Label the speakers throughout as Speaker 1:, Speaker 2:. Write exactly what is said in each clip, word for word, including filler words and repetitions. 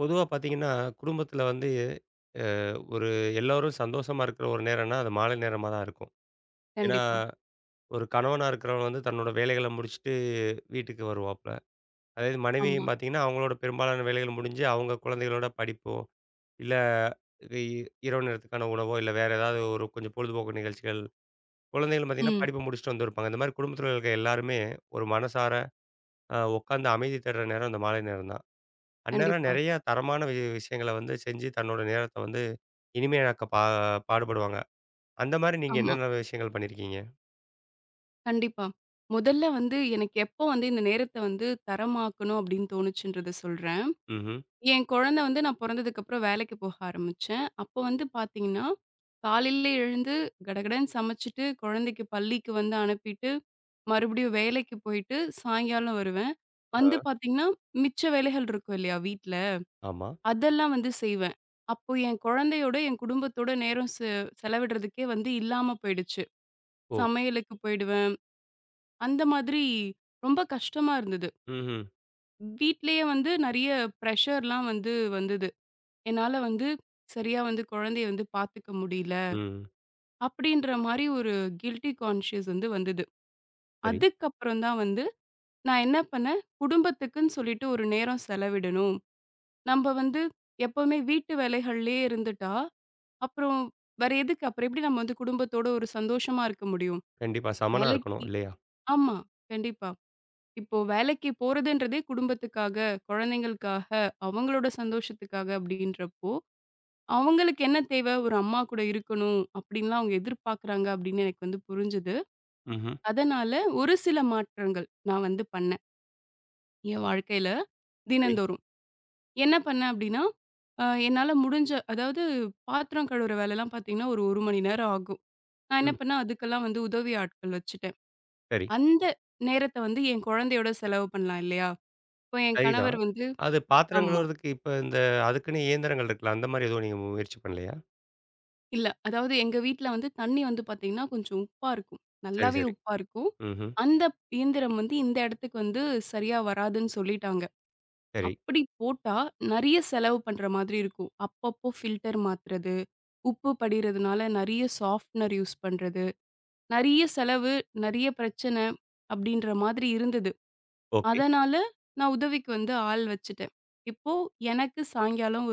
Speaker 1: பொதுவா பார்த்தீங்கன்னா, குடும்பத்தில வந்து ஒரு எல்லோரும் சந்தோஷமா இருக்கிற ஒரு நேரம்னா, அது மாலை நேரமா தான் இருக்கும். ஏன்னா,
Speaker 2: கண்டிப்பா.
Speaker 1: ஒரு கணவனா இருக்கிறவன் வந்து தன்னோட வேலைகள முடிச்சுட்டு வீட்டுக்கு வருவாப்புல. அதே இது
Speaker 2: ஆமா.
Speaker 1: மனைவியும் பார்த்தீங்கன்னா, அவங்களோட பெரும்பாலான வேலைகள் முடிஞ்சு, அவங்க குழந்தைகளோட படிப்போ, இல்ல இ இரவு நேரத்துக்கான உணவோ, இல்ல வேற ஏதாவது ஒரு கொஞ்சம் பொழுதுபோக்கு நிகழ்ச்சிகள். குழந்தைகள் பார்த்தீங்கன்னா,
Speaker 2: ம்.
Speaker 1: படிப்ப முடிச்சுட்டு வந்திருப்பாங்க. இந்த மாரி குடும்பத்தில இருக்க எல்லாருமே ஒரு மனசார அ உட்காந்து அமைதி தேடுற நேரம் இந்த மாலை நேரம் தான். அந்நேரம்
Speaker 2: கண்டிப்பா.
Speaker 1: நெறைய தரமான வி விஷயங்கள வந்து செஞ்சு தன்னோட நேரத்த வந்து இனிமையாக்க பா பாடுபடுவாங்க. அந்த மாரி நீங்க
Speaker 2: ஆமா.
Speaker 1: என்னென்ன விஷயங்கள் பண்ணியிருக்கீங்க?
Speaker 2: கண்டிப்பா. முதல்ல வந்து எனக்கு எப்போ வந்து இந்த நேரத்த வந்து தரமாக்கணும் அப்படின்னு தோணுச்சுன்றத சொல்றேன்.
Speaker 1: ம்ஹ்ம்.
Speaker 2: என் குழந்தை வந்து நான் பொறந்ததுக்கப்புறம் வேலைக்கு போக ஆரம்பிச்சேன். அப்போ வந்து பார்த்தீங்கன்னா, காலையில எழுந்து கடகடன்னு சமைச்சுட்டு, குழந்தைக்கு பள்ளிக்கு வந்து அனுப்பிட்டு, மறுபடியும் வேலைக்கு போயிட்டு சாயங்காலம் வருவேன்.
Speaker 1: ஆ.
Speaker 2: வந்து பார்த்தீங்கன்னா, மிச்ச வேலைகள் இருக்கும் இல்லையா வீட்ல,
Speaker 1: ஆமா.
Speaker 2: அதெல்லாம் வந்து செய்வேன். அப்போ என் குழந்தையோட, என் குடும்பத்தோட நேரம் செ செலவிடுறதுக்கே வந்து இல்லாம போயிடுச்சு.
Speaker 1: ஓ!
Speaker 2: சமையலுக்கு போயிடுவேன். அந்த மாதிரி ரொம்ப கஷ்டமா இருந்தது.
Speaker 1: ம்ஹ்ம்.
Speaker 2: வீட்லயே வந்து நெறைய பிரஷர்லாம் வந்து வந்தது. என்னால வந்து சரியா வந்து குழந்தைய வந்து பார்த்துக்க முடியல.
Speaker 1: ம்.
Speaker 2: அப்படின்ற மாரி ஒரு கில்டி கான்ஷியஸ் வந்து வந்தது.
Speaker 1: சரி.
Speaker 2: அதுக்கப்புறம் தான் வந்து நான் என்ன பண்ணேன், குடும்பத்துக்குன்னு சொல்லிட்டு ஒரு நேரம் செலவிடணும். நம்ப வந்து எப்பவுமே வீட்டு வேலைகள்லயே இருந்துட்டா, அப்புறம் வேற எதுக்கு? அப்புறம் எப்படி நம்ம வந்து குடும்பத்தோட ஒரு சந்தோஷமா இருக்க முடியும்?
Speaker 1: கண்டிப்பா. சமனா இருக்கணும்
Speaker 2: வேலைக்கு
Speaker 1: இல்லையா?
Speaker 2: ஆமா. கண்டிப்பா. இப்போ வேலைக்கு போறதுன்றதே குடும்பத்துக்காக, குழந்தைங்களுக்காக, அவங்களோட சந்தோஷத்துக்காக அப்படின்றப்போ, அவங்களுக்கு என்ன தேவை? ஒரு அம்மா கூட இருக்கணும் அப்படின்லாம் அவங்க எதிர்பார்க்குறாங்க அப்படின்னு எனக்கு வந்து புரிஞ்சுது.
Speaker 1: ம்ஹ்ம்.
Speaker 2: அதனால ஒரு சில மாற்றங்கள் நான் வந்து பண்ணேன். என் வாழ்க்கையில
Speaker 1: சரி.
Speaker 2: தினந்தோறும். என்ன பண்ணேன் அப்படின்னா, அ என்னால முடிஞ்ச அதாவது பாத்திரம் கழுவுற வேலைலாம் பார்த்தீங்கன்னா, ஒரு 1 மணி நேரம் ஆகும். நான் என்ன
Speaker 1: ம்.
Speaker 2: பண்ணேன், அதுக்கெல்லாம் வந்து உதவி ஆட்கள் வச்சுட்டேன்.
Speaker 1: சரி.
Speaker 2: அந்த நேரத்த வந்து என் குழந்தையோட செலவு பண்ணலாம் இல்லையா? இப்போ என்
Speaker 1: சரிதான்.
Speaker 2: கணவர் வந்து
Speaker 1: அது பாத்திரம்
Speaker 2: ஆமா.
Speaker 1: கழுவுறதுக்கு இப்ப இந்த அதுக்குன்னு இயந்திரங்கள் இருக்குல்ல. அந்த மாரி எதுவும் நீங்க முயற்சி பண்ணலையா?
Speaker 2: இல்ல. அதாவது எங்க வீட்ல வந்து தண்ணீ வந்து பாத்தீங்கன்னா, கொஞ்சம் உப்பா இருக்கும்.
Speaker 1: சரி,
Speaker 2: நல்லாவே
Speaker 1: சரி.
Speaker 2: உப்பா இருக்கும்.
Speaker 1: ம்ஹ்ம்.
Speaker 2: அந்த இயந்திரம் வந்து இந்த இடத்துக்கு வந்து சரியா வராதுன்னு சொல்லிட்டாங்க.
Speaker 1: சரி.
Speaker 2: அப்படி போட்டா நெறைய செலவு பண்ற மாதிரி இருக்கும். அப்பப்போ ஃபில்டர் மாத்துறது, உப்பு படியிறதுனால நெறைய சாஃப்ட்னர் யூஸ் பண்றது, நெறைய செலவு, நெறைய பிரச்சனை அப்படின்ற மாதிரி இருந்தது.
Speaker 1: ஓகே.
Speaker 2: அதனால நான் உதவிக்கு வந்து ஆள் வச்சுட்டேன். இப்போ எனக்கு சாயங்காலம்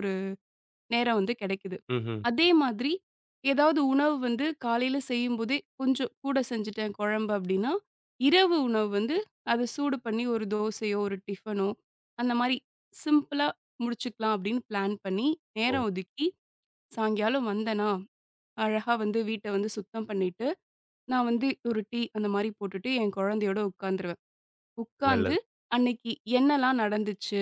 Speaker 2: நேரம் வந்து கிடைக்குது.
Speaker 1: ம்ஹ்ம்.
Speaker 2: அதே மாதிரி ஏதாவது உணவு வந்து காலையில செய்யும்போதே கொஞ்சம் கூட செஞ்சுட்டேன் குழம்பு அப்டின்னா, இரவு உணவு வந்து அத சூடு பண்ணி ஒரு தோசையோ, ஒரு டிஃபனோ அந்த மாரி சிம்பிளா முடிச்சுக்கலாம் அப்டின்னு பிளான் பண்ணி,
Speaker 1: ஓ!
Speaker 2: நேரம் ஒதுக்கி சாயங்காலம் வந்தேனா, அழகா வந்து வீட்ட வந்து சுத்தம் பண்ணிட்டு, நான் வந்து ஒரு டீ அந்த மாரி போட்டுட்டு என் குழந்தையோட உட்காந்துருவேன். உட்காந்து
Speaker 1: நல்லது.
Speaker 2: அன்னைக்கு என்னலாம் நடந்துச்சு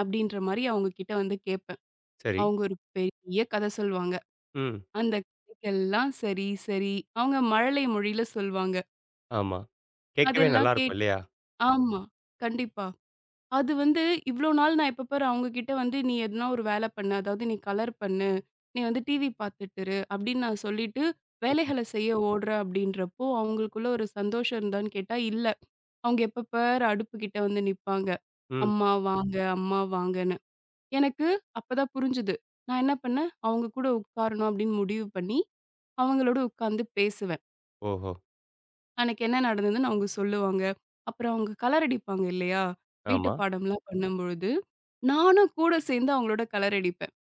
Speaker 2: அப்டின்ற மாரி அவங்க கிட்ட வந்து கேட்பேன்.
Speaker 1: சரி.
Speaker 2: அவங்க ஒரு பெரிய கத சொல்வாங்க.
Speaker 1: ம்.
Speaker 2: அந்த கதைக்கெல்லாம் சரி, சரி. அவங்க மழலை மொழியில சொல்வாங்க.
Speaker 1: ஆமா. கேட்கவே
Speaker 2: அதெல்லாம்
Speaker 1: நல்லாருக்கும்
Speaker 2: கேட்
Speaker 1: இல்லையா?
Speaker 2: ஆமா. கண்டிப்பா. அது வந்து இவ்ளோ நாள் நான் எப்ப பாரு அவங்க கிட்ட வந்து, "நீ எதுனா ஒரு வேல பண்ணு. அதாவது நீ கலர் பண்ணு. நீ வந்து டிவி பார்த்துட்டு இரு" அப்படின்னு நான் சொல்லிட்டு, வேலைகள செய்ய ஓடுறேன் அப்படின்றப்போ, அவங்களுக்குள்ள ஒரு சந்தோஷம் இருந்தான்னு கேட்டா, இல்ல. அவங்க எப்ப பாரு அடுப்பு கிட்ட வந்து நிப்பாங்க.
Speaker 1: ம்.
Speaker 2: "அம்மா வாங்க, அம்மா வாங்கன்னு." எனக்கு அப்பதான் புரிஞ்சுது. நான் என்ன பண்ணேன், அவங்க கூட உட்காரணும் அப்படின்னு முடிவு பண்ணி, அவங்களோட உட்கார்ந்து பேசுவேன்.
Speaker 1: ஓஹோ!
Speaker 2: அன்னைக்கு என்ன நடந்ததுன்னு அவங்க சொல்லுவாங்க. அப்புறம் அவங்க கலர் அடிப்பாங்க இல்லையா? வீட்டு
Speaker 1: ஆமா.
Speaker 2: பாடம்லாம் பண்ணும்பொழுது, நானும் கூட சேர்ந்து அவங்களோட கலர் அடிப்பேன்.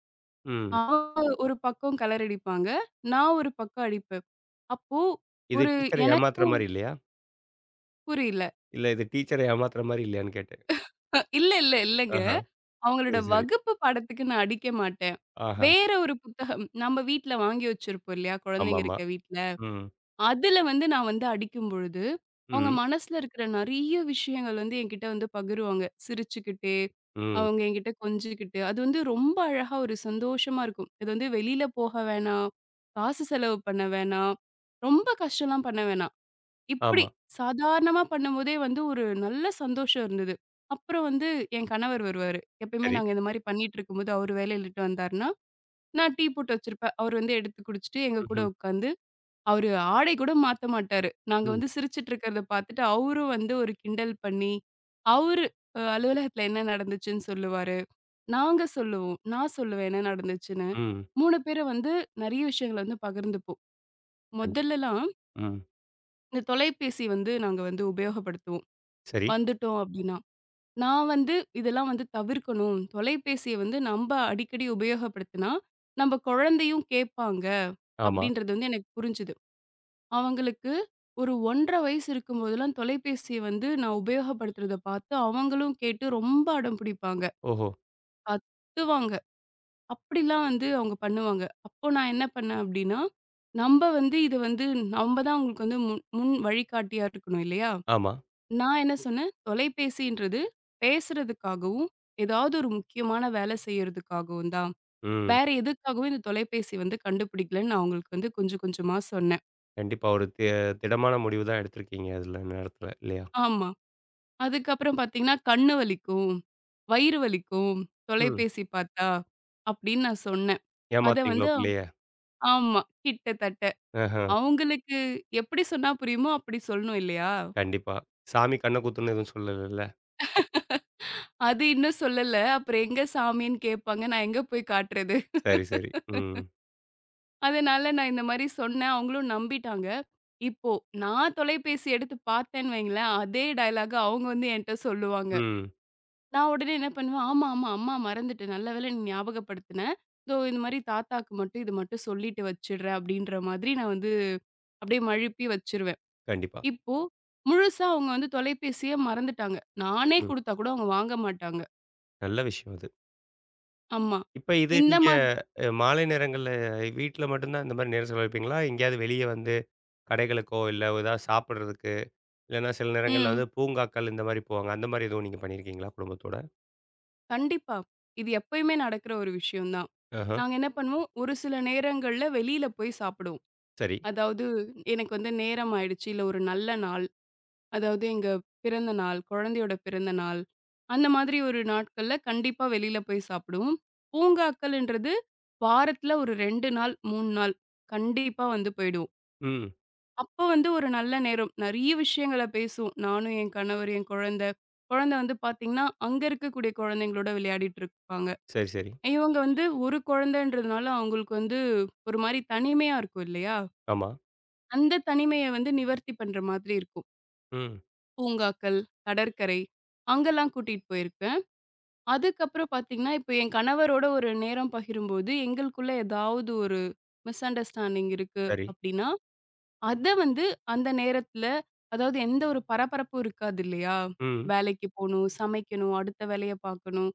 Speaker 1: ம்.
Speaker 2: அவங்க ஒரு பக்கம் கலர் அடிப்பாங்க. நான் ஒரு பக்கம் அடிப்பேன். அப்போ
Speaker 1: இது
Speaker 2: ஒரு
Speaker 1: டீச்சர
Speaker 2: எனக்கு
Speaker 1: ஏமாத்துற மாரி இல்லையா?
Speaker 2: புரியல.
Speaker 1: இல்ல இது டீச்சர ஏமாத்துற மாரி இல்லையான்னு கேட்டேன்.
Speaker 2: அஹ், இல்ல, இல்ல, இல்லங்க.
Speaker 1: ஆஹா!
Speaker 2: அவங்களோட
Speaker 1: சரி, சரி.
Speaker 2: வகுப்பு பாடத்துக்கு நான் அடிக்க மாட்டேன்.
Speaker 1: ஆஹா!
Speaker 2: வேற ஒரு புத்தகம் நம்ம வீட்ல வாங்கி வச்சிருப்போம் இல்லையா? குழந்தைங்க
Speaker 1: ஆமாமா.
Speaker 2: இருக்க வீட்ல.
Speaker 1: ம்.
Speaker 2: அதுல வந்து நான் வந்து அடிக்கும்பொழுது, அவங்க
Speaker 1: ம்.
Speaker 2: மனசுல இருக்கிற நெறைய விஷயங்கள் வந்து என்கிட்ட வந்து பகிருவாங்க. சிரிச்சுக்கிட்டே,
Speaker 1: ம்.
Speaker 2: அவங்க என்கிட்ட கொஞ்சிக்கிட்டு, அது வந்து ரொம்ப அழகா ஒரு சந்தோஷமா இருக்கும். இது வந்து வெளியில போக வேணாம், காசு செலவு பண்ண வேணாம், ரொம்ப கஷ்டம்லாம் பண்ண வேணாம். இப்டி
Speaker 1: ஆமா.
Speaker 2: சாதாரணமா பண்ணும்போதே வந்து ஒரு நல்ல சந்தோஷம் இருந்தது. அப்புறம் வந்து என் கணவர் வருவாரு. எப்பயுமே
Speaker 1: சரி.
Speaker 2: நாங்க இந்த மாரி பண்ணிட்டு இருக்கும்போது, அவரு வேலைய விட்டு வந்தாருன்னா, நான் டீ போட்டு வச்சிருப்பேன். அவரு வந்து எடுத்து குடிச்சுட்டு எங்க கூட
Speaker 1: ம்ஹ்ம்.
Speaker 2: உட்காந்து அவரு ஆடை கூட மாத்த மாட்டாரு. நாங்க
Speaker 1: ம்.
Speaker 2: வந்து சிரிச்சுட்டு இருக்கிறத பார்த்துட்டு, அவரும் வந்து ஒரு கிண்டல் பண்ணி, அவரு அ அலுவலகத்துல என்ன நடந்துச்சுன்னு சொல்லுவாரு. நாங்க சொல்லுவோம். நான் சொல்லுவேன் என்ன நடந்துச்சுன்னு.
Speaker 1: ம்.
Speaker 2: மூன்று பேரும் வந்து நெறைய விஷயங்கள வந்து பகிர்ந்துப்போம்.
Speaker 1: கண்டிப்
Speaker 2: மொதல்லலாம்
Speaker 1: ம்.
Speaker 2: இந்த தொலைபேசி வந்து நாங்க வந்து உபயோகப்படுத்துவோம்.
Speaker 1: சரி.
Speaker 2: வந்துட்டோம் அப்டின்னா. நான் வந்து இதெல்லாம் வந்து தவிர்க்கணும். தொலைபேசிய வந்து நம்ப அடிக்கடி உபயோகப்படுத்தினா, நம்ப குழந்தையும் கேட்பாங்க.
Speaker 1: ஆமா.
Speaker 2: அப்டின்றது வந்து எனக்கு புரிஞ்சுது. அவங்களுக்கு ஒரு ஒன்றரை வயசு இருக்கும்போதெல்லாம் தொலைபேசிய வந்து நான் உபயோகப்படுத்துறத பார்த்து, அவங்களும் கேட்டு ரொம்ப அடம் பிடிப்பாங்க.
Speaker 1: ஓஹோ!
Speaker 2: கத்துவாங்க. அப்படிலாம் வந்து அவங்க பண்ணுவாங்க. அப்போ நான் என்ன பண்ணேன் அப்படின்னா, நம்ப வந்து இது வந்து நம்ப தான் அவங்களுக்கு வந்து முன் முன் வழிகாட்டியா இருக்கணும் இல்லையா?
Speaker 1: ஆமா.
Speaker 2: நான் என்ன சொன்னேன், தொலைபேசின்றது பேசுறதுக்காகவும், ஏதாவது ஒரு முக்கியமான வேலை செய்யறதுக்காகவும் தான்.
Speaker 1: ம்.
Speaker 2: வேற எதுக்காகவும் இந்த தொலைபேசி வந்து கண்டுபிடிக்கலன்னு நான் அவங்களுக்கு வந்து கொஞ்சம் கொஞ்சமா சொன்னேன்.
Speaker 1: கண்டிப்பா ஒரு தி திடமான முடிவு தான் எடுத்திருக்கீங்க அதுல நேரத்துல இல்லையா?
Speaker 2: ஆமா. அதுக்கப்புறம் பார்த்தீங்கன்னா, கண்ணு வலிக்கும், வயிறு வலிக்கும்,
Speaker 1: ம்.
Speaker 2: தொலைபேசி பார்த்தா, அப்படின்னு நான் சொன்னேன். அத
Speaker 1: ஏமாத்துறீங்களோ
Speaker 2: வந்து
Speaker 1: பிள்ளைய?
Speaker 2: ஆமா. கிட்டத்தட்ட.
Speaker 1: ஆஹா!
Speaker 2: அவங்களுக்கு எப்படி சொன்னா புரியுமோ, அப்படி சொல்லணும் இல்லையா?
Speaker 1: கண்டிப்பா. சாமி கண்ண குத்தும்ன்னு எதுவும் சொல்லலல்ல.
Speaker 2: அது இன்னும் சொல்லல. அப்புறம் எங்க சாமின்னு கேட்பாங்க. நான் எங்க போய் காட்டுறது?
Speaker 1: சரி, சரி. ம்.
Speaker 2: அதனால நான் இந்த மாரி சொன்னேன். அவங்களும் நம்பிட்டாங்க. இப்போ நான் தொலைபேசி எடுத்து பார்த்தேன்னு வைங்களேன், அதே டயலாக்க அவங்க வந்து என்ட்ட சொல்லுவாங்க.
Speaker 1: ம்.
Speaker 2: நான் உடனே என்ன பண்ணுவேன், ஆமா, ஆமா, அம்மா மறந்துட்டேன். நல்ல வேளை நீ ஞாபகப்படுத்தின. இதோ இந்த மாரி தாத்தாக்கு மட்டும் இது மட்டும் சொல்லிட்டு வச்சுடுறேன் அப்படின்ற மாதிரி நான் வந்து அப்படியே மழுப்பி வச்சுருவேன்.
Speaker 1: கண்டிப்பா.
Speaker 2: இப்போ முழுசா அவங்க வந்து தொலைபேசிய மறந்துட்டாங்க. நானே
Speaker 1: ம்.
Speaker 2: குடுத்தா கூட அவங்க வாங்க மாட்டாங்க.
Speaker 1: நல்ல விஷயம் அது.
Speaker 2: ஆமா.
Speaker 1: இப்ப இது
Speaker 2: இந்த
Speaker 1: நீங்க
Speaker 2: மா
Speaker 1: அ மாலை நேரங்கள்ல வீட்ல மட்டும் தான் இந்த மாரி நேரம் செலவழிப்பீங்களா? எங்கேயாவது வெளிய வந்து கடைகளுக்கோ, இல்ல ஏதாவது சாப்பிடுறதுக்கு, இல்லன்னா சில நேரங்கள்ல
Speaker 2: ம்.
Speaker 1: வந்து பூங்காக்கள் இந்த மாரி போவாங்க. அந்த மாரி எதுவும் நீங்க பண்ணியிருக்கீங்களா குடும்பத்தோட?
Speaker 2: கண்டிப்பா. இது எப்பயுமே நடக்கிற ஒரு விஷயம் தான்.
Speaker 1: ஆஹா,
Speaker 2: நாங்க என்ன பண்ணுவோம், ஒரு சில நேரங்கள்ல வெளியில போய் சாப்பிடுவோம்.
Speaker 1: சரி.
Speaker 2: அதாவது எனக்கு வந்து நேரம் ஆயிடுச்சு, இல்ல ஒரு நல்ல நாள். அதாவது எங்க பிறந்த நாள், குழந்தையோட பிறந்த நாள், அந்த மாதிரி ஒரு நாட்கள்ல கண்டிப்பா வெளியில போய் சாப்பிடுவோம். பூங்காக்கள்ன்றது வாரத்துல ஒரு இரண்டு நாள், மூன்று நாள் கண்டிப்பா வந்து போயிடுவோம்.
Speaker 1: ம்.
Speaker 2: அப்போ வந்து ஒரு நல்ல நேரம். நெறைய விஷயங்கள பேசுவோம். நானும், என் கணவர், என் குழந்தை. குழந்தை வந்து பார்த்தீங்கன்னா, அங்க இருக்கக்கூடிய குழந்தைங்களோட விளையாடிட்டு இருப்பாங்க.
Speaker 1: சரி, சரி.
Speaker 2: இவங்க வந்து ஒரு குழந்தைன்றதுனால அவங்களுக்கு வந்து ஒரு மாரி தனிமையா இருக்கும் இல்லையா?
Speaker 1: ஆமா.
Speaker 2: அந்த தனிமைய வந்து நிவர்த்தி பண்ற மாதிரி இருக்கும்.
Speaker 1: ம்.
Speaker 2: பூங்காக்கள், கடற்கரை அங்கெல்லாம் கூட்டிட்டு போயிருக்கேன். அதுக்கப்புறம் பார்த்தீங்கன்னா, இப்ப என் கணவரோட ஒரு நேரம் பகிரும்போது, எங்களுக்குள்ள ஏதாவது ஒரு மிஸ் அண்டர்ஸ்டாண்டிங் இருக்கு
Speaker 1: சரி.
Speaker 2: அப்டின்னா, அத வந்து அந்த நேரத்துல அதாவது எந்த ஒரு பரபரப்பும் இருக்காது இல்லையா?
Speaker 1: ம்.
Speaker 2: வேலைக்கு போணும், சமைக்கணும், அடுத்த வேலைய பார்க்கணும்.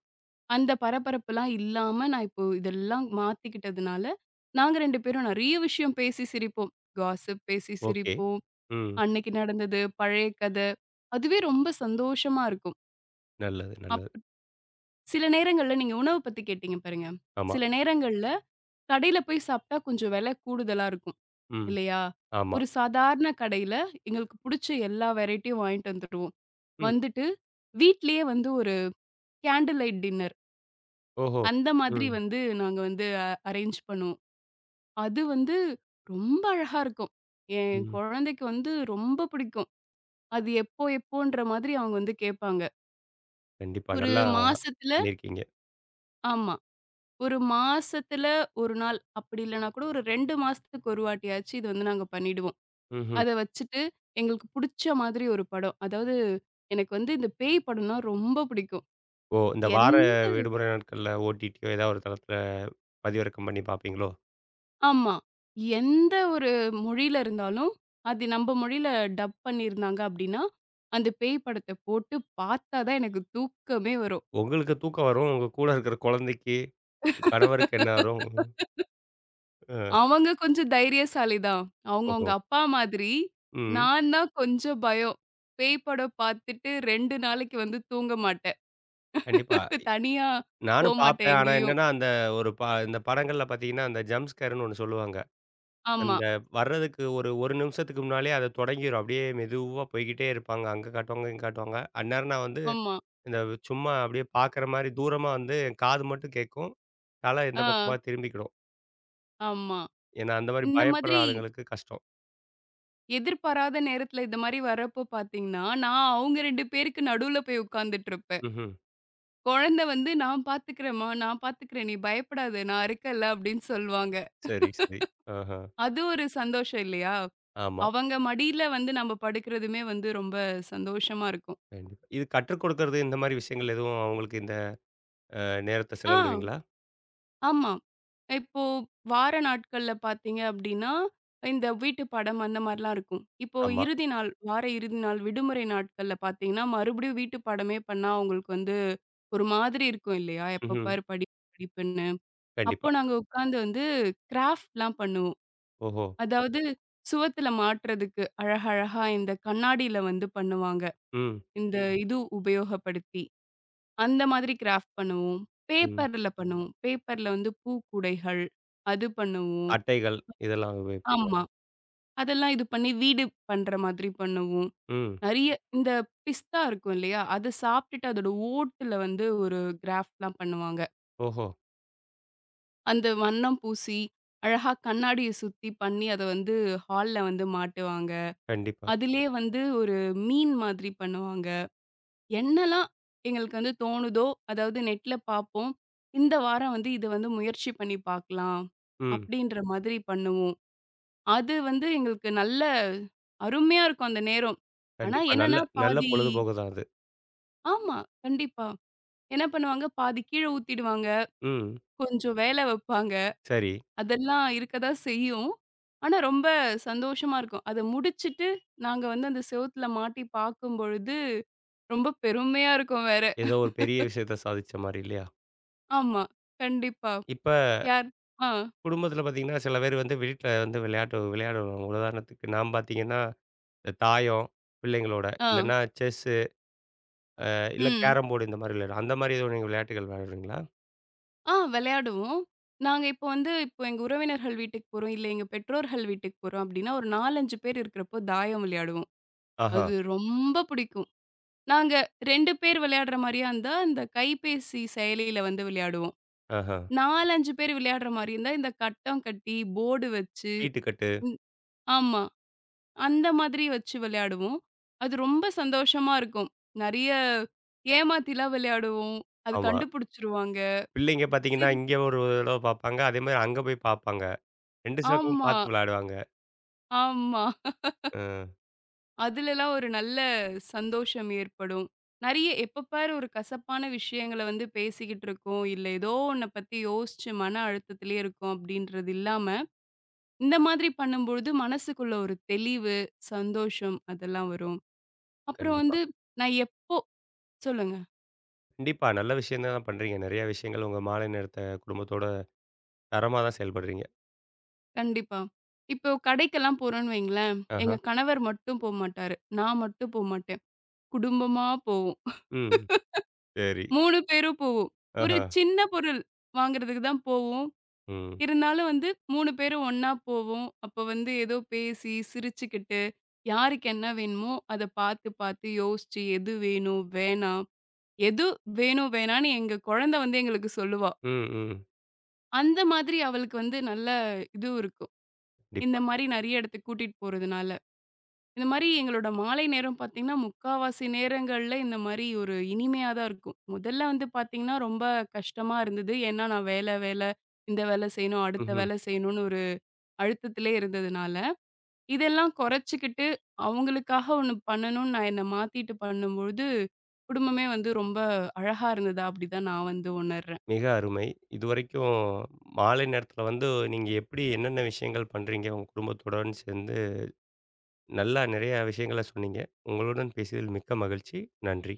Speaker 2: அந்த பரபரப்புலாம் இல்லாம நான் இப்போ இதெல்லாம் மாத்திக்கிட்டதுனால, நாங்க இரண்டு பேரும் நெறைய விஷயம் பேசி சிரிப்போம். காசிப் பேசி
Speaker 1: ஓகே.
Speaker 2: சிரிப்போம்.
Speaker 1: ம்.
Speaker 2: அன்னைக்கு நடந்தது, பழைய கத. அதுவே ரொம்ப சந்தோஷமா இருக்கும்.
Speaker 1: நல்லது,
Speaker 2: அப்
Speaker 1: நல்லது.
Speaker 2: சில நேரங்கள்ல நீங்க உணவு பத்தி கேட்டீங்க பாருங்க.
Speaker 1: ஆமா.
Speaker 2: சில நேரங்கள்ல கடையில போய் சாப்பிட்டா கொஞ்சம் விலை கூடுதலா இருக்கும்,
Speaker 1: ம்.
Speaker 2: இல்லையா?
Speaker 1: ஆமா.
Speaker 2: ஒரு சாதாரண கடையில எங்களுக்கு புடிச்ச எல்லா வெரைட்டியும் வாங்கிட்டு வந்துருவோம்.
Speaker 1: ம்.
Speaker 2: வந்துட்டு வீட்லயே வந்து ஒரு கேண்டில் லைட் டின்னர்
Speaker 1: ஓஹோ!
Speaker 2: அந்த மாதிரி
Speaker 1: ம்.
Speaker 2: வந்து நாங்க வந்து அ அரேஞ்ச் பண்ணுவோம். அது வந்து ரொம்ப அழகா இருக்கும். என்
Speaker 1: ம்.
Speaker 2: குழந்தைக்கு வந்து ரொம்ப பிடிக்கும். அது எப்போ எப்போன்ற மாதிரி அவங்க வந்து கேட்பாங்க.
Speaker 1: கண்டிப்பா.
Speaker 2: ஒரு
Speaker 1: நல்லா
Speaker 2: மாசத்துல
Speaker 1: பண்ணியிருக்கீங்க.
Speaker 2: ஆமா. ஒரு மாசத்துல ஒரு நாள், அப்படி இல்லன்னா கூட ஒரு இரண்டு மாசத்துக்கு ஒரு வாட்டியாச்சு இது வந்து நாங்க பண்ணிடுவோம்.
Speaker 1: ம்ஹ்ம்.
Speaker 2: அத வச்சுட்டு எங்களுக்கு புடிச்ச மாதிரி ஒரு படம். அதாவது எனக்கு வந்து இந்த பேய் படம்னா ரொம்ப பிடிக்கும்.
Speaker 1: ஓ! இந்த
Speaker 2: என்
Speaker 1: வார விடுமுறை நாட்கள்ல ஓடிடியோ ஏதாவது ஒரு தளத்துல பதிவிறக்கம் பண்ணி பார்ப்பீங்களோ?
Speaker 2: ஆமா. எந்த ஒரு மொழியில இருந்தாலும், அது நம்ப மொழியில டப் பண்ணியிருந்தாங்க அப்படின்னா, அந்த பேய் படத்த போட்டு பார்த்தா தான் எனக்கு தூக்கமே வரும்.
Speaker 1: உங்களுக்கு தூக்கம் வரும். உங்க கூட இருக்கிற குழந்தைக்கு, கணவருக்கு என்ன வரும்? அ
Speaker 2: அவங்க கொஞ்சம் தைரியசாலி தான். அவங்க
Speaker 1: ஓஹோ!
Speaker 2: உங்க அப்பா மாதிரி.
Speaker 1: ம்.
Speaker 2: நான் தான் கொஞ்சம் பயம். பேய் படம் பார்த்துட்டு இரண்டு நாளைக்கு வந்து தூங்க மாட்டேன்.
Speaker 1: கண்டிப்பா. இ
Speaker 2: தனியா
Speaker 1: நானும்
Speaker 2: போமாட்டேன்
Speaker 1: பாப்பேன். ஆனா
Speaker 2: எங்கேயும்.
Speaker 1: என்னன்னா, அந்த ஒரு ப இந்த படங்கள்ல பாத்தீங்கன்னா, அந்த ஜம்ப் ஸ்கேர்ன்னு ஒண்ணு சொல்லுவாங்க.
Speaker 2: ஆமா,
Speaker 1: அந்த வர்றதுக்கு ஒரு 1 நிமிஷத்துக்கு முன்னாலயே அது தொடங்கிரும். அப்படியே மெதுவா போய்க்கிட்டே இருப்பாங்க. அங்க காட்டுவாங்க, இங்க காட்டுவாங்க. அந்நேரம் நான் வந்து
Speaker 2: ஆமா.
Speaker 1: இந்த சும்மா அப்படியே பாக்குற மாரி தூரமா வந்து என் காது மட்டும் கேக்கும். தல எந்த
Speaker 2: ஆ,
Speaker 1: பக்கமா திரும்பிக்கிடும்.
Speaker 2: ஆமா.
Speaker 1: ஏன்னா, அந்த மாரி
Speaker 2: இந்த
Speaker 1: பயப்படுற
Speaker 2: மாதிரி
Speaker 1: ஆளுங்களுக்கு கஷ்டம்.
Speaker 2: எதிர்பாராத நேரத்துல இந்த மாரி வரப்போ பார்த்தீங்கன்னா, நான் அவங்க இரண்டு பேருக்கு நடுவுல போய் உட்கார்ந்துட்டு இருப்பேன்.
Speaker 1: ம்ஹ்ம்.
Speaker 2: குழந்தை வந்து "நான் பார்த்துக்கிறேன்ம்மா, நான் பார்த்துக்கிறேன். நீ பயப்படாத. நான் இருக்கேன்ல" அப்படின்னு சொல்லுவாங்க.
Speaker 1: சரி, சரி. ஆஹா.
Speaker 2: அது ஒரு சந்தோஷம் இல்லையா?
Speaker 1: ஆமா.
Speaker 2: அவங்க மடியில வந்து நம்ம படுக்கிறதுமே வந்து ரொம்ப சந்தோஷமா இருக்கும்.
Speaker 1: கண்டிப்பா. இது கற்றுக் கொடுக்கறது இந்த மாரி விஷயங்கள் எதுவும் அவங்களுக்கு இந்த நேரத்த
Speaker 2: ஆ,
Speaker 1: செலவிடுவீங்களா?
Speaker 2: ஆமா. இப்போ வார நாட்கள்ல பார்த்தீங்க அப்டின்னா, இந்த வீட்டு படம் அந்த மாரிலாம் இருக்கும். இப்போ
Speaker 1: ஆமா.
Speaker 2: இறுதி நாள், வார இறுதி நாள் விடுமுறை நாட்கள்ல பார்த்தீங்கன்னா, மறுபடியும் வீட்டு படமே பண்ணா அவங்களுக்கு வந்து ஒரு மாதிரி இருக்கும் இல்லையா? எப்ப
Speaker 1: ம்ஹ்ம்.
Speaker 2: பாரு படி படிப்புன்னு. அப்போ
Speaker 1: கண்டிப்பா.
Speaker 2: நாங்க உட்காந்து வந்து கிராஃப்ட்லாம் பண்ணுவோம்.
Speaker 1: ஓஹோ!
Speaker 2: அதாவது சுவத்துல மாட்டுறதுக்கு அழகழகா இந்த கண்ணாடியில வந்து பண்ணுவாங்க.
Speaker 1: ம்.
Speaker 2: இந்த இது உபயோகப்படுத்தி. அந்த மாதிரி கிராஃப்ட் பண்ணுவோம்.
Speaker 1: ம்.
Speaker 2: பேப்பர்ல பண்ணுவோம். பேப்பர்ல வந்து பூக்கூடைகள், அது பண்ணுவோம்.
Speaker 1: அட்டைகள் இதெல்லாம் உபயோகிப்பீங்களா?
Speaker 2: ஆமா. அதெல்லாம் இது பண்ணி வீடு பண்ற மாதிரி பண்ணுவோம்.
Speaker 1: ம்.
Speaker 2: நெறைய இந்த பிஸ்தா இருக்கும் இல்லையா? அத சாப்பிட்டுட்டு அதோட ஓட்டுல வந்து ஒரு கிராஃப்ட்லாம் பண்ணுவாங்க.
Speaker 1: ஓஹோ!
Speaker 2: அந்த வண்ணம் பூசி, அழகா கண்ணாடிய சுத்தி பண்ணி அத வந்து ஹால்ல வந்து மாட்டுவாங்க.
Speaker 1: கண்டிப்பா.
Speaker 2: அதிலயே வந்து ஒரு மீன் மாதிரி பண்ணுவாங்க. என்னலாம் எங்களுக்கு வந்து தோணுதோ, அதாவது நெட்ல பார்ப்போம். இந்த வாரம் வந்து இது வந்து முயற்சி பண்ணி பார்க்கலாம்.
Speaker 1: ம்.
Speaker 2: அப்படின்ற மாதிரி பண்ணுவோம். அது வந்து எங்களுக்கு நல்ல அருமையா இருக்கும் அந்த நேரம். ஆனா
Speaker 1: கண்டிப்பா. நல்ல
Speaker 2: என்னன்னா
Speaker 1: நல்ல
Speaker 2: பாதி
Speaker 1: பொழுதுபோக்கு தான் அது.
Speaker 2: ஆமா, கண்டிப்பா. என்ன பண்ணுவாங்க, பாதி கீழ ஊத்திடுவாங்க.
Speaker 1: ம்.
Speaker 2: கொஞ்சம் வேல வைப்பாங்க.
Speaker 1: சரி.
Speaker 2: அதெல்லாம் இருக்க தான் செய்யும். ஆனா ரொம்ப சந்தோஷமா இருக்கும். அத முடிச்சுட்டு நாங்க வந்து அந்த செவுத்துல மாட்டி பார்க்கும்பொழுது, ரொம்ப பெருமையா இருக்கும் வேற.
Speaker 1: ஏதோ ஒரு பெரிய விஷயத்த சாதிச்ச மாரி இல்லையா?
Speaker 2: ஆமா, கண்டிப்பா.
Speaker 1: இப்ப
Speaker 2: யார்? ஆ,
Speaker 1: குடும்பத்தில பார்த்தீங்கன்னா, சில பேர் வந்து வீட்ல வந்து விளையாட்டு விளையாடுவாங்க. உதாரணத்துக்கு நான் பார்த்தீங்கன்னா, இந்த தாயம் பிள்ளைங்களோட,
Speaker 2: ஆ,
Speaker 1: இல்லன்னா செஸ்ஸு, இல்ல
Speaker 2: ம்.
Speaker 1: கேரம் போர்டு இந்த மாரி விளையாடுவோம். அந்த மாரி எதுவும் நீங்க விளையாட்டுகள் விளையாடுவீங்களா?
Speaker 2: ஆ விளையாடுவோம். நாங்க இப்போ வந்து இப்போ எங்க உறவினர்கள் வீட்டுக்கு போறோம், இல்ல எங்க பெற்றோர்கள் வீட்டுக்கு போறோம் அப்டின்னா, ஒரு நான்கு, ஐந்து பேர் இருக்கிறப்போ தாயம் விளையாடுவோம்.
Speaker 1: ஆஹா,
Speaker 2: அது ரொம்ப பிடிக்கும். நாங்க இரண்டு பேர் விளையாடுற மாரியா இருந்தா, இந்த கைபேசி செயலியில வந்து விளையாடுவோம்.
Speaker 1: ஆஹா.
Speaker 2: நான்கு, ஐந்து பேர் விளையாடுற மாரி இருந்தா, இந்த கட்டம் கட்டி, போர்டு வச்சு
Speaker 1: சீட்டுக்கட்டு.
Speaker 2: ம் ஆமா. அந்த மாதிரி வச்சு விளையாடுவோம். அது ரொம்ப சந்தோஷமா இருக்கும். நெறைய ஏமாத்திலாம் விளையாடுவோம். அது
Speaker 1: ஆமா.
Speaker 2: கண்டுபிடிச்சுருவாங்க.
Speaker 1: பிள்ளைங்க பார்த்தீங்கன்னா,
Speaker 2: சில
Speaker 1: இங்க ஒரு தடவ பார்ப்பாங்க. அதேமாரி அங்க போய் பார்ப்பாங்க. ரெண்டு பக்கமும்
Speaker 2: ஆமா,
Speaker 1: பார்த்து விளையாடுவாங்க.
Speaker 2: ஆமா.
Speaker 1: அ.
Speaker 2: அதுலலாம் ஒரு நல்ல சந்தோஷம் ஏற்படும். நெறைய எப்ப பாரு ஒரு கசப்பான விஷயங்கள வந்து பேசிக்கிட்டு இருக்கோம். இல்ல ஏதோ ஒண்ண பத்தி யோசிச்சு மன அழுத்தத்திலே இருக்கோம் அப்படின்றது இல்லாம, இந்த மாதிரி பண்ணும்பொழுது மனசுக்குள்ள ஒரு தெளிவு, சந்தோஷம் அதெல்லாம் வரும். அப்புறம்
Speaker 1: கண்டிப்பா.
Speaker 2: வந்து நான் எப்போ சொல்லுங்க.
Speaker 1: கண்டிப்பா. நல்ல விஷயம் தான் பண்றீங்க. நெறைய விஷயங்கள் உங்க மாலை நேரத்த குடும்பத்தோட தரமா தான் செயல்படுறீங்க.
Speaker 2: கண்டிப்பா. இப்போ கடைக்கெல்லாம் போறோம்ன்னு வைங்களேன்,
Speaker 1: ஆஹா.
Speaker 2: எங்க கணவர் மட்டும் போமாட்டாரு. நான் மட்டும் போமாட்டேன். குடும்பமா போவோம்.
Speaker 1: ம். சரி.
Speaker 2: மூன்று பேரும் போவோம். ஒரு
Speaker 1: ஆஹா.
Speaker 2: சின்ன பொருள் வாங்குறதுக்கு தான் போவோம்.
Speaker 1: ம்.
Speaker 2: இருந்தாலும் வந்து மூன்று பேரும் ஒண்ணா போவோம். அப்போ வந்து ஏதோ பேசி, சிரிச்சுக்கிட்டு, யாருக்கு என்ன வேணுமோ, அத பார்த்து பார்த்து யோசிச்சு, எது வேணும், வேணாம், எது வேணும், வேணான்னு எங்க குழந்தை வந்து எங்களுக்கு சொல்லுவா.
Speaker 1: ம், ம்.
Speaker 2: அந்த மாதிரி அவளுக்கு வந்து நல்ல இதுவும் இருக்கும். இந்த
Speaker 1: கண்டிப்பா.
Speaker 2: மாரி நெறைய இடத்துக்கு கூட்டிட்டு போறதுனால. இந்த மாரி எங்களோட மாலை நேரம் பார்த்தீங்கன்னா, முக்காவாசி நேரங்கள்ல இந்த மாரி ஒரு இனிமையா தான் இருக்கும். முதல்ல வந்து பார்த்தீங்கன்னா, ரொம்ப கஷ்டமா இருந்தது. ஏன்னா, நான் வேலை வேலை, இந்த வேலை செய்யணும், அடுத்த
Speaker 1: ம்ஹ்ம்.
Speaker 2: வேலை செய்யணும்னு ஒரு அழுத்தத்திலே இருந்ததுனால, இதெல்லாம் குறைச்சுக்கிட்டு அவங்களுக்காக ஒண்ணு பண்ணணும்னு நான் என்ன மாத்திட்டு பண்ணும்பொழுது, குடும்பமே வந்து ரொம்ப அழகா இருந்ததா அப்படிதான் நான் வந்து உணர்றேன்.
Speaker 1: மிக அருமை. இதுவரைக்கும் மாலை நேரத்தில வந்து நீங்க எப்படி என்னென்ன விஷயங்கள் பண்றீங்க? உங்க குடும்பத்துடன் சேர்ந்து நல்லா நெறைய விஷயங்கள சொன்னீங்க. உங்களுடன் பேசியதில் மிக்க மகிழ்ச்சி. நன்றி.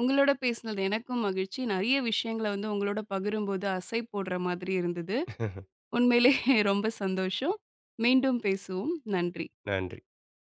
Speaker 2: உங்களோட பேசினது எனக்கும் மகிழ்ச்சி. நெறைய விஷயங்கள வந்து உங்களோட பகிரும்போது அசை போடுற மாதிரி இருந்தது. உண்மையிலே ரொம்ப சந்தோஷம். மீண்டும் பேசுவோம். நன்றி.
Speaker 1: நன்றி.